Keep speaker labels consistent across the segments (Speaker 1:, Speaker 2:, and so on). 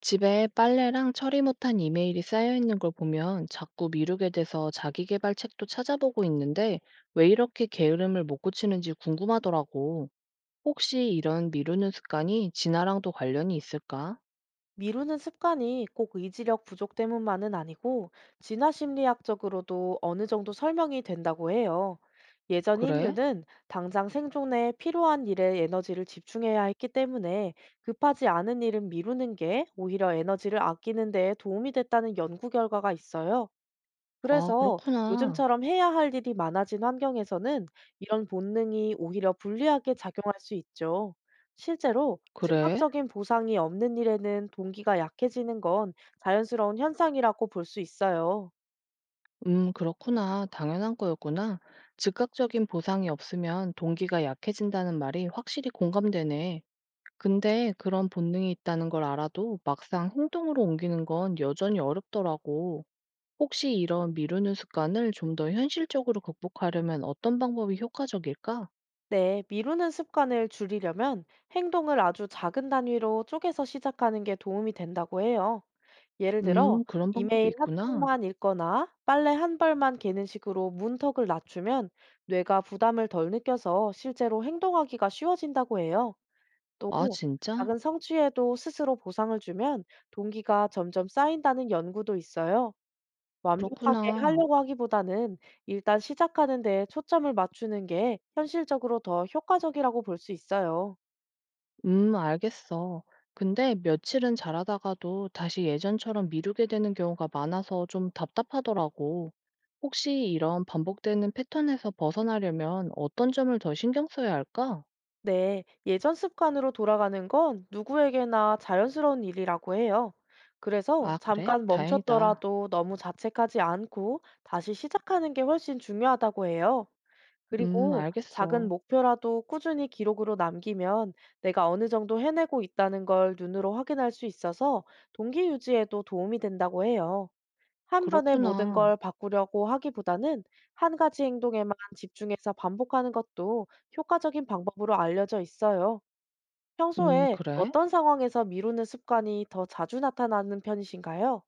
Speaker 1: 집에 빨래랑 처리 못한 이메일이 쌓여 있는 걸 보면 자꾸 미루게 돼서 자기 개발 책도 찾아보고 있는데 왜 이렇게 게으름을 못 고치는지 궁금하더라고. 혹시 이런 미루는 습관이 진화랑도 관련이 있을까?
Speaker 2: 미루는 습관이 꼭 의지력 부족 때문만은 아니고 진화 심리학적으로도 어느 정도 설명이 된다고 해요. 예전
Speaker 1: 그래?
Speaker 2: 인류는 당장 생존에 필요한 일에 에너지를 집중해야 했기 때문에 급하지 않은 일은 미루는 게 오히려 에너지를 아끼는 데 도움이 됐다는 연구 결과가 있어요.
Speaker 1: 아,
Speaker 2: 그래서
Speaker 1: 그렇구나.
Speaker 2: 요즘처럼 해야 할 일이 많아진 환경에서는 이런 본능이 오히려 불리하게 작용할 수 있죠. 실제로
Speaker 1: 그래?
Speaker 2: 즉각적인 보상이 없는 일에는 동기가 약해지는 건 자연스러운 현상이라고 볼 수 있어요.
Speaker 1: 그렇구나. 당연한 거였구나. 즉각적인 보상이 없으면 동기가 약해진다는 말이 확실히 공감되네. 근데 그런 본능이 있다는 걸 알아도 막상 행동으로 옮기는 건 여전히 어렵더라고. 혹시 이런 미루는 습관을 좀 더 현실적으로 극복하려면 어떤 방법이 효과적일까?
Speaker 2: 네, 미루는 습관을 줄이려면 행동을 아주 작은 단위로 쪼개서 시작하는 게 도움이 된다고 해요. 예를 들어,
Speaker 1: 그런 방법이
Speaker 2: 이메일 한
Speaker 1: 있구나.
Speaker 2: 통만 읽거나 빨래 한 벌만 개는 식으로 문턱을 낮추면 뇌가 부담을 덜 느껴서 실제로 행동하기가 쉬워진다고 해요. 또
Speaker 1: 아, 진짜?
Speaker 2: 작은 성취에도 스스로 보상을 주면 동기가 점점 쌓인다는 연구도 있어요. 완벽하게
Speaker 1: 그렇구나.
Speaker 2: 하려고 하기보다는 일단 시작하는 데 초점을 맞추는 게 현실적으로 더 효과적이라고 볼 수 있어요.
Speaker 1: 알겠어. 근데 며칠은 잘하다가도 다시 예전처럼 미루게 되는 경우가 많아서 좀 답답하더라고. 혹시 이런 반복되는 패턴에서 벗어나려면 어떤 점을 더 신경 써야 할까?
Speaker 2: 네, 예전 습관으로 돌아가는 건 누구에게나 자연스러운 일이라고 해요. 그래서
Speaker 1: 아, 그래?
Speaker 2: 잠깐
Speaker 1: 다행이다.
Speaker 2: 멈췄더라도 너무 자책하지 않고 다시 시작하는 게 훨씬 중요하다고 해요. 그리고 작은
Speaker 1: 알겠어.
Speaker 2: 목표라도 꾸준히 기록으로 남기면 내가 어느 정도 해내고 있다는 걸 눈으로 확인할 수 있어서 동기 유지에도 도움이 된다고 해요. 한 번에 모든 걸
Speaker 1: 그렇구나.
Speaker 2: 바꾸려고 하기보다는 한 가지 행동에만 집중해서 반복하는 것도 효과적인 방법으로 알려져 있어요. 평소에
Speaker 1: 그래?
Speaker 2: 어떤 상황에서 미루는 습관이 더 자주 나타나는 편이신가요?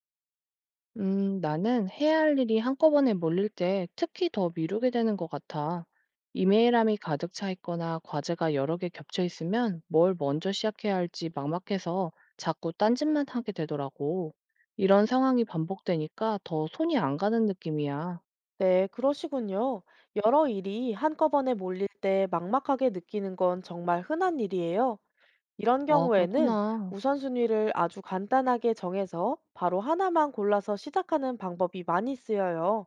Speaker 1: 나는 해야 할 일이 한꺼번에 몰릴 때 특히 더 미루게 되는 것 같아. 이메일함이 가득 차 있거나 과제가 여러 개 겹쳐 있으면 뭘 먼저 시작해야 할지 막막해서 자꾸 딴짓만 하게 되더라고. 이런 상황이 반복되니까 더 손이 안 가는 느낌이야.
Speaker 2: 네, 그러시군요. 여러 일이 한꺼번에 몰릴 때 막막하게 느끼는 건 정말 흔한 일이에요. 이런
Speaker 1: 어
Speaker 2: 경우에는
Speaker 1: 그렇구나.
Speaker 2: 우선순위를 아주 간단하게 정해서 바로 하나만 골라서 시작하는 방법이 많이 쓰여요.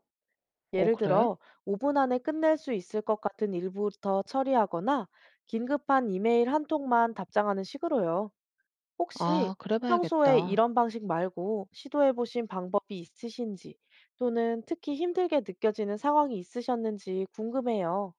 Speaker 1: 어,
Speaker 2: 예를
Speaker 1: 그래?
Speaker 2: 들어, 5분 안에 끝낼 수 있을 것 같은 일부터 처리하거나 긴급한 이메일 한 통만 답장하는 식으로요. 혹시
Speaker 1: 아, 그래
Speaker 2: 평소에
Speaker 1: 봐야겠다.
Speaker 2: 이런 방식 말고 시도해 보신 방법이 있으신지, 또는 특히 힘들게 느껴지는 상황이 있으셨는지 궁금해요.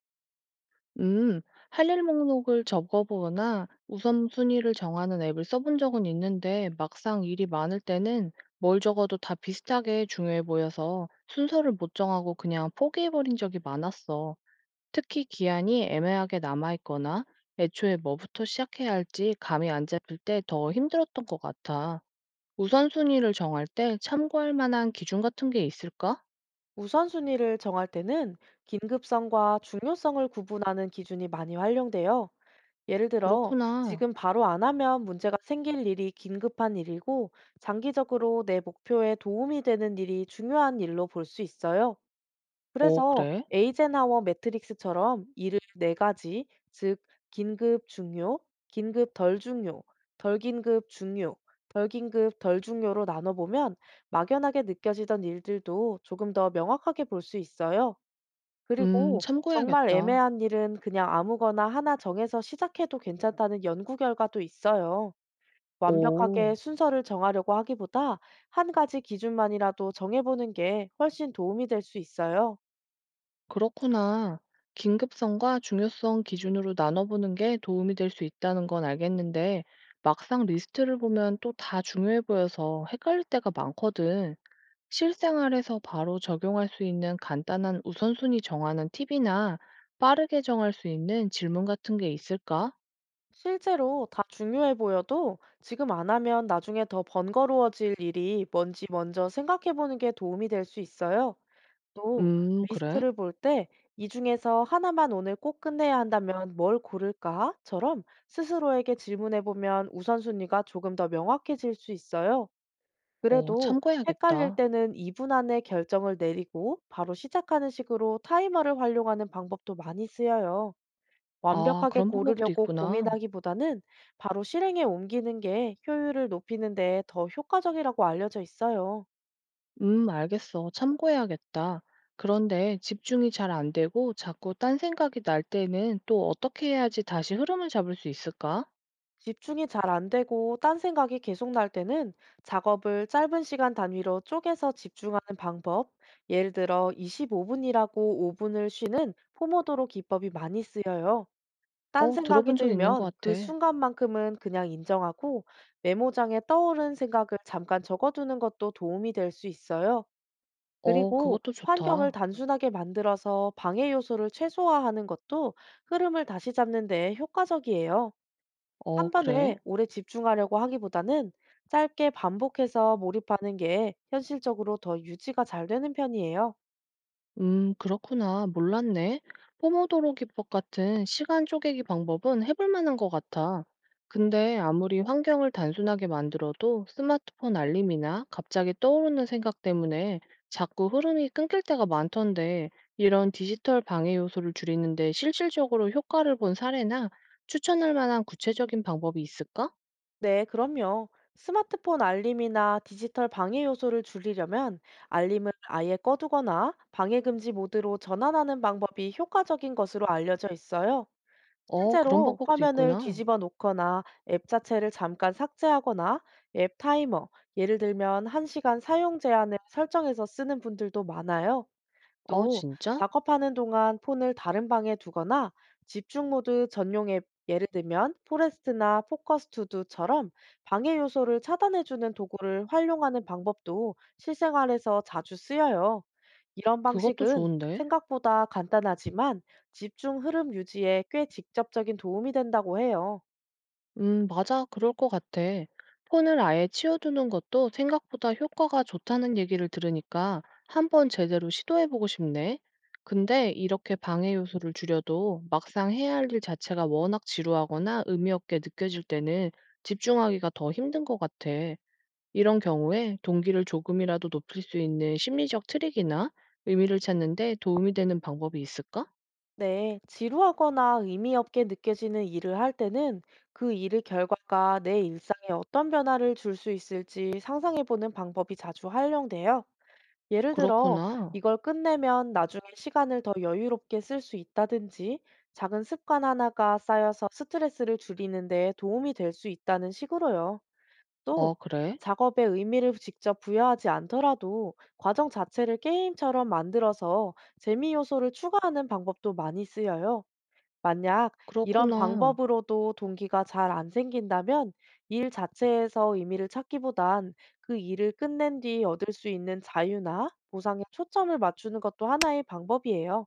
Speaker 1: 음, 할 일 목록을 적어보거나 우선순위를 정하는 앱을 써본 적은 있는데 막상 일이 많을 때는 뭘 적어도 다 비슷하게 중요해 보여서 순서를 못 정하고 그냥 포기해버린 적이 많았어. 특히 기한이 애매하게 남아있거나 애초에 뭐부터 시작해야 할지 감이 안 잡힐 때 더 힘들었던 것 같아. 우선순위를 정할 때 참고할 만한 기준 같은 게 있을까?
Speaker 2: 우선순위를 정할 때는 긴급성과 중요성을 구분하는 기준이 많이 활용돼요. 예를 들어,
Speaker 1: 그렇구나.
Speaker 2: 지금 바로 안 하면 문제가 생길 일이 긴급한 일이고, 장기적으로 내 목표에 도움이 되는 일이 중요한 일로 볼 수 있어요.
Speaker 1: 오,
Speaker 2: 그래서
Speaker 1: 그래?
Speaker 2: 에이젠하워 매트릭스처럼 일을 네 가지, 즉, 긴급 중요, 긴급 덜 중요, 덜 긴급 중요, 덜 긴급 덜 중요로 나눠보면 막연하게 느껴지던 일들도 조금 더 명확하게 볼 수 있어요. 그리고 정말
Speaker 1: 참고해야겠다.
Speaker 2: 애매한 일은 그냥 아무거나 하나 정해서 시작해도 괜찮다는 연구 결과도 있어요. 완벽하게
Speaker 1: 오.
Speaker 2: 순서를 정하려고 하기보다 한 가지 기준만이라도 정해보는 게 훨씬 도움이 될 수 있어요.
Speaker 1: 그렇구나. 긴급성과 중요성 기준으로 나눠보는 게 도움이 될 수 있다는 건 알겠는데, 막상 리스트를 보면 또 다 중요해 보여서 헷갈릴 때가 많거든. 실생활에서 바로 적용할 수 있는 간단한 우선순위 정하는 팁이나 빠르게 정할 수 있는 질문 같은 게 있을까?
Speaker 2: 실제로 다 중요해 보여도 지금 안 하면 나중에 더 번거로워질 일이 뭔지 먼저 생각해보는 게 도움이 될 수 있어요. 또
Speaker 1: 그래?
Speaker 2: 리스트를 볼 때 "이 중에서 하나만 오늘 꼭 끝내야 한다면 뭘 고를까?"처럼 스스로에게 질문해 보면 우선순위가 조금 더 명확해질 수 있어요.
Speaker 1: 어,
Speaker 2: 그래도 헷갈릴
Speaker 1: 참고해야겠다.
Speaker 2: 때는 2분 안에 결정을 내리고 바로 시작하는 식으로 타이머를 활용하는 방법도 많이 쓰여요.
Speaker 1: 아,
Speaker 2: 완벽하게
Speaker 1: 그런 방법도
Speaker 2: 고르려고
Speaker 1: 있구나.
Speaker 2: 고민하기보다는 바로 실행에 옮기는 게 효율을 높이는 데 더 효과적이라고 알려져 있어요.
Speaker 1: 알겠어. 참고해야겠다. 그런데 집중이 잘 안 되고 자꾸 딴 생각이 날 때는 또 어떻게 해야지 다시 흐름을 잡을 수 있을까?
Speaker 2: 집중이 잘 안 되고 딴 생각이 계속 날 때는 작업을 짧은 시간 단위로 쪼개서 집중하는 방법, 예를 들어 25분이라고 5분을 쉬는 포모도로 기법이 많이 쓰여요. 딴
Speaker 1: 어,
Speaker 2: 생각이
Speaker 1: 들어본 적 있는 것
Speaker 2: 들면 그
Speaker 1: 같아.
Speaker 2: 순간만큼은 그냥 인정하고 메모장에 떠오른 생각을 잠깐 적어두는 것도 도움이 될 수 있어요.
Speaker 1: 어,
Speaker 2: 그리고
Speaker 1: 그것도
Speaker 2: 환경을
Speaker 1: 좋다.
Speaker 2: 단순하게 만들어서 방해 요소를 최소화하는 것도 흐름을 다시 잡는 데 효과적이에요.
Speaker 1: 어,
Speaker 2: 한 번에
Speaker 1: 그래?
Speaker 2: 오래 집중하려고 하기보다는 짧게 반복해서 몰입하는 게 현실적으로 더 유지가 잘 되는 편이에요.
Speaker 1: 그렇구나. 몰랐네. 포모도로 기법 같은 시간 쪼개기 방법은 해볼 만한 것 같아. 근데 아무리 환경을 단순하게 만들어도 스마트폰 알림이나 갑자기 떠오르는 생각 때문에 자꾸 흐름이 끊길 때가 많던데 이런 디지털 방해 요소를 줄이는데 실질적으로 효과를 본 사례나 추천할 만한 구체적인 방법이 있을까?
Speaker 2: 네, 그럼요. 스마트폰 알림이나 디지털 방해 요소를 줄이려면 알림을 아예 꺼두거나 방해 금지 모드로 전환하는 방법이 효과적인 것으로 알려져 있어요.
Speaker 1: 어, 그런
Speaker 2: 실제로
Speaker 1: 방법도
Speaker 2: 화면을
Speaker 1: 있구나.
Speaker 2: 뒤집어 놓거나 앱 자체를 잠깐 삭제하거나 앱 타이머, 예를 들면 1시간 사용 제한을 설정해서 쓰는 분들도 많아요.
Speaker 1: 어,
Speaker 2: 또
Speaker 1: 진짜?
Speaker 2: 작업하는 동안 폰을 다른 방에 두거나 집중 모드 전용 앱, 예를 들면 포레스트나 포커스 투두처럼 방해 요소를 차단해주는 도구를 활용하는 방법도 실생활에서 자주 쓰여요. 이런
Speaker 1: 그것도
Speaker 2: 방식은
Speaker 1: 좋은데.
Speaker 2: 생각보다 간단하지만 집중 흐름 유지에 꽤 직접적인 도움이 된다고 해요.
Speaker 1: 맞아. 그럴 것 같아. 폰을 아예 치워두는 것도 생각보다 효과가 좋다는 얘기를 들으니까 한번 제대로 시도해보고 싶네. 근데 이렇게 방해 요소를 줄여도 막상 해야 할 일 자체가 워낙 지루하거나 의미 없게 느껴질 때는 집중하기가 더 힘든 것 같아. 이런 경우에 동기를 조금이라도 높일 수 있는 심리적 트릭이나 의미를 찾는데 도움이 되는 방법이 있을까?
Speaker 2: 네, 지루하거나 의미 없게 느껴지는 일을 할 때는 그 일의 결과가 내 일상에 어떤 변화를 줄 수 있을지 상상해보는 방법이 자주 활용돼요. 예를 들어,
Speaker 1: 그렇구나.
Speaker 2: 이걸 끝내면 나중에 시간을 더 여유롭게 쓸 수 있다든지, 작은 습관 하나가 쌓여서 스트레스를 줄이는 데 도움이 될 수 있다는 식으로요. 또,
Speaker 1: 아, 그래?
Speaker 2: 작업에 의미를 직접 부여하지 않더라도 과정 자체를 게임처럼 만들어서 재미 요소를 추가하는 방법도 많이 쓰여요. 만약 이런
Speaker 1: 그렇구나.
Speaker 2: 방법으로도 동기가 잘 안 생긴다면 일 자체에서 의미를 찾기보단 그 일을 끝낸 뒤 얻을 수 있는 자유나 보상에 초점을 맞추는 것도 하나의 방법이에요.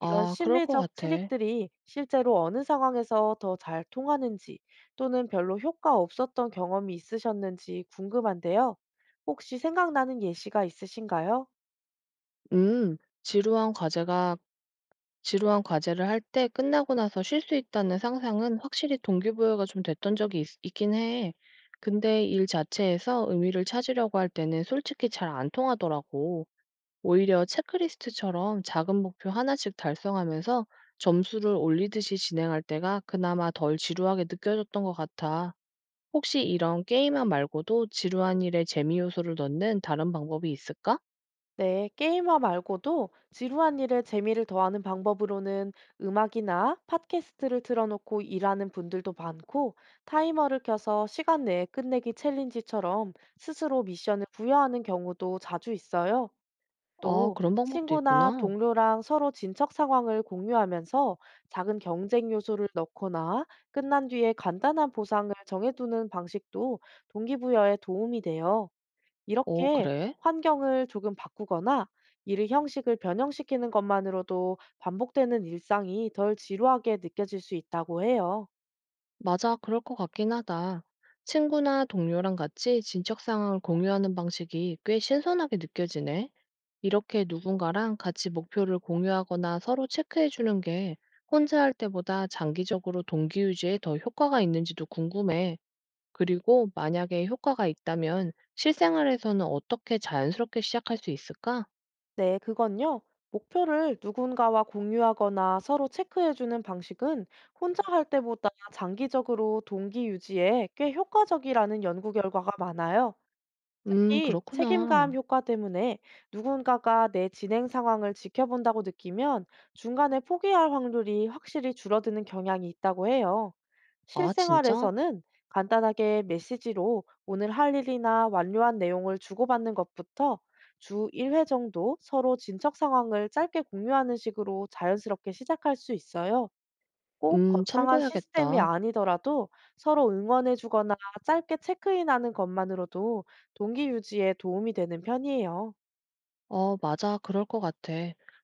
Speaker 2: 이런
Speaker 1: 아, 그럴 것
Speaker 2: 심리적
Speaker 1: 같아.
Speaker 2: 트릭들이 실제로 어느 상황에서 더 잘 통하는지, 또는 별로 효과 없었던 경험이 있으셨는지 궁금한데요. 혹시 생각나는 예시가 있으신가요?
Speaker 1: 음, 지루한 과제가 지루한 과제를 할 때 끝나고 나서 쉴 수 있다는 상상은 확실히 동기부여가 좀 됐던 적이 있긴 해. 근데 일 자체에서 의미를 찾으려고 할 때는 솔직히 잘 안 통하더라고. 오히려 체크리스트처럼 작은 목표 하나씩 달성하면서 점수를 올리듯이 진행할 때가 그나마 덜 지루하게 느껴졌던 것 같아. 혹시 이런 게임만 말고도 지루한 일에 재미 요소를 넣는 다른 방법이 있을까?
Speaker 2: 네, 게임화 말고도 지루한 일에 재미를 더하는 방법으로는 음악이나 팟캐스트를 틀어놓고 일하는 분들도 많고, 타이머를 켜서 시간 내에 끝내기 챌린지처럼 스스로 미션을 부여하는 경우도 자주 있어요.
Speaker 1: 아,
Speaker 2: 또,
Speaker 1: 그런 방법도
Speaker 2: 친구나
Speaker 1: 있구나.
Speaker 2: 동료랑 서로 진척 상황을 공유하면서 작은 경쟁 요소를 넣거나 끝난 뒤에 간단한 보상을 정해두는 방식도 동기부여에 도움이 돼요.
Speaker 1: 어,
Speaker 2: 이렇게
Speaker 1: 그래?
Speaker 2: 환경을 조금 바꾸거나 일의 형식을 변형시키는 것만으로도 반복되는 일상이 덜 지루하게 느껴질 수 있다고 해요.
Speaker 1: 맞아, 그럴 것 같긴 하다. 친구나 동료랑 같이 진척 상황을 공유하는 방식이 꽤 신선하게 느껴지네. 이렇게 누군가랑 같이 목표를 공유하거나 서로 체크해 주는 게 혼자 할 때보다 장기적으로 동기 유지에 더 효과가 있는지도 궁금해. 그리고 만약에 효과가 있다면 실생활에서는 어떻게 자연스럽게 시작할 수 있을까?
Speaker 2: 네, 그건요. 목표를 누군가와 공유하거나 서로 체크해주는 방식은 혼자 할 때보다 장기적으로 동기 유지에 꽤 효과적이라는 연구 결과가 많아요. 특히 책임감
Speaker 1: 그렇구나.
Speaker 2: 효과 때문에 누군가가 내 진행 상황을 지켜본다고 느끼면 중간에 포기할 확률이 확실히 줄어드는 경향이 있다고 해요.
Speaker 1: 아, 진짜?
Speaker 2: 실생활에서는 간단하게 메시지로 오늘 할 일이나 완료한 내용을 주고받는 것부터 주 1회 정도 서로 진척 상황을 짧게 공유하는 식으로 자연스럽게 시작할 수 있어요. 꼭 거창한 시스템이
Speaker 1: 참고해야겠다.
Speaker 2: 아니더라도 서로 응원해 주거나 짧게 체크인하는 것만으로도 동기 유지에 도움이 되는 편이에요.
Speaker 1: 어, 맞아. 그럴 것 같아.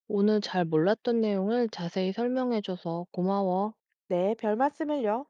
Speaker 1: 오늘 잘 몰랐던 내용을 자세히 설명해줘서 고마워.
Speaker 2: 네, 별 말씀을요.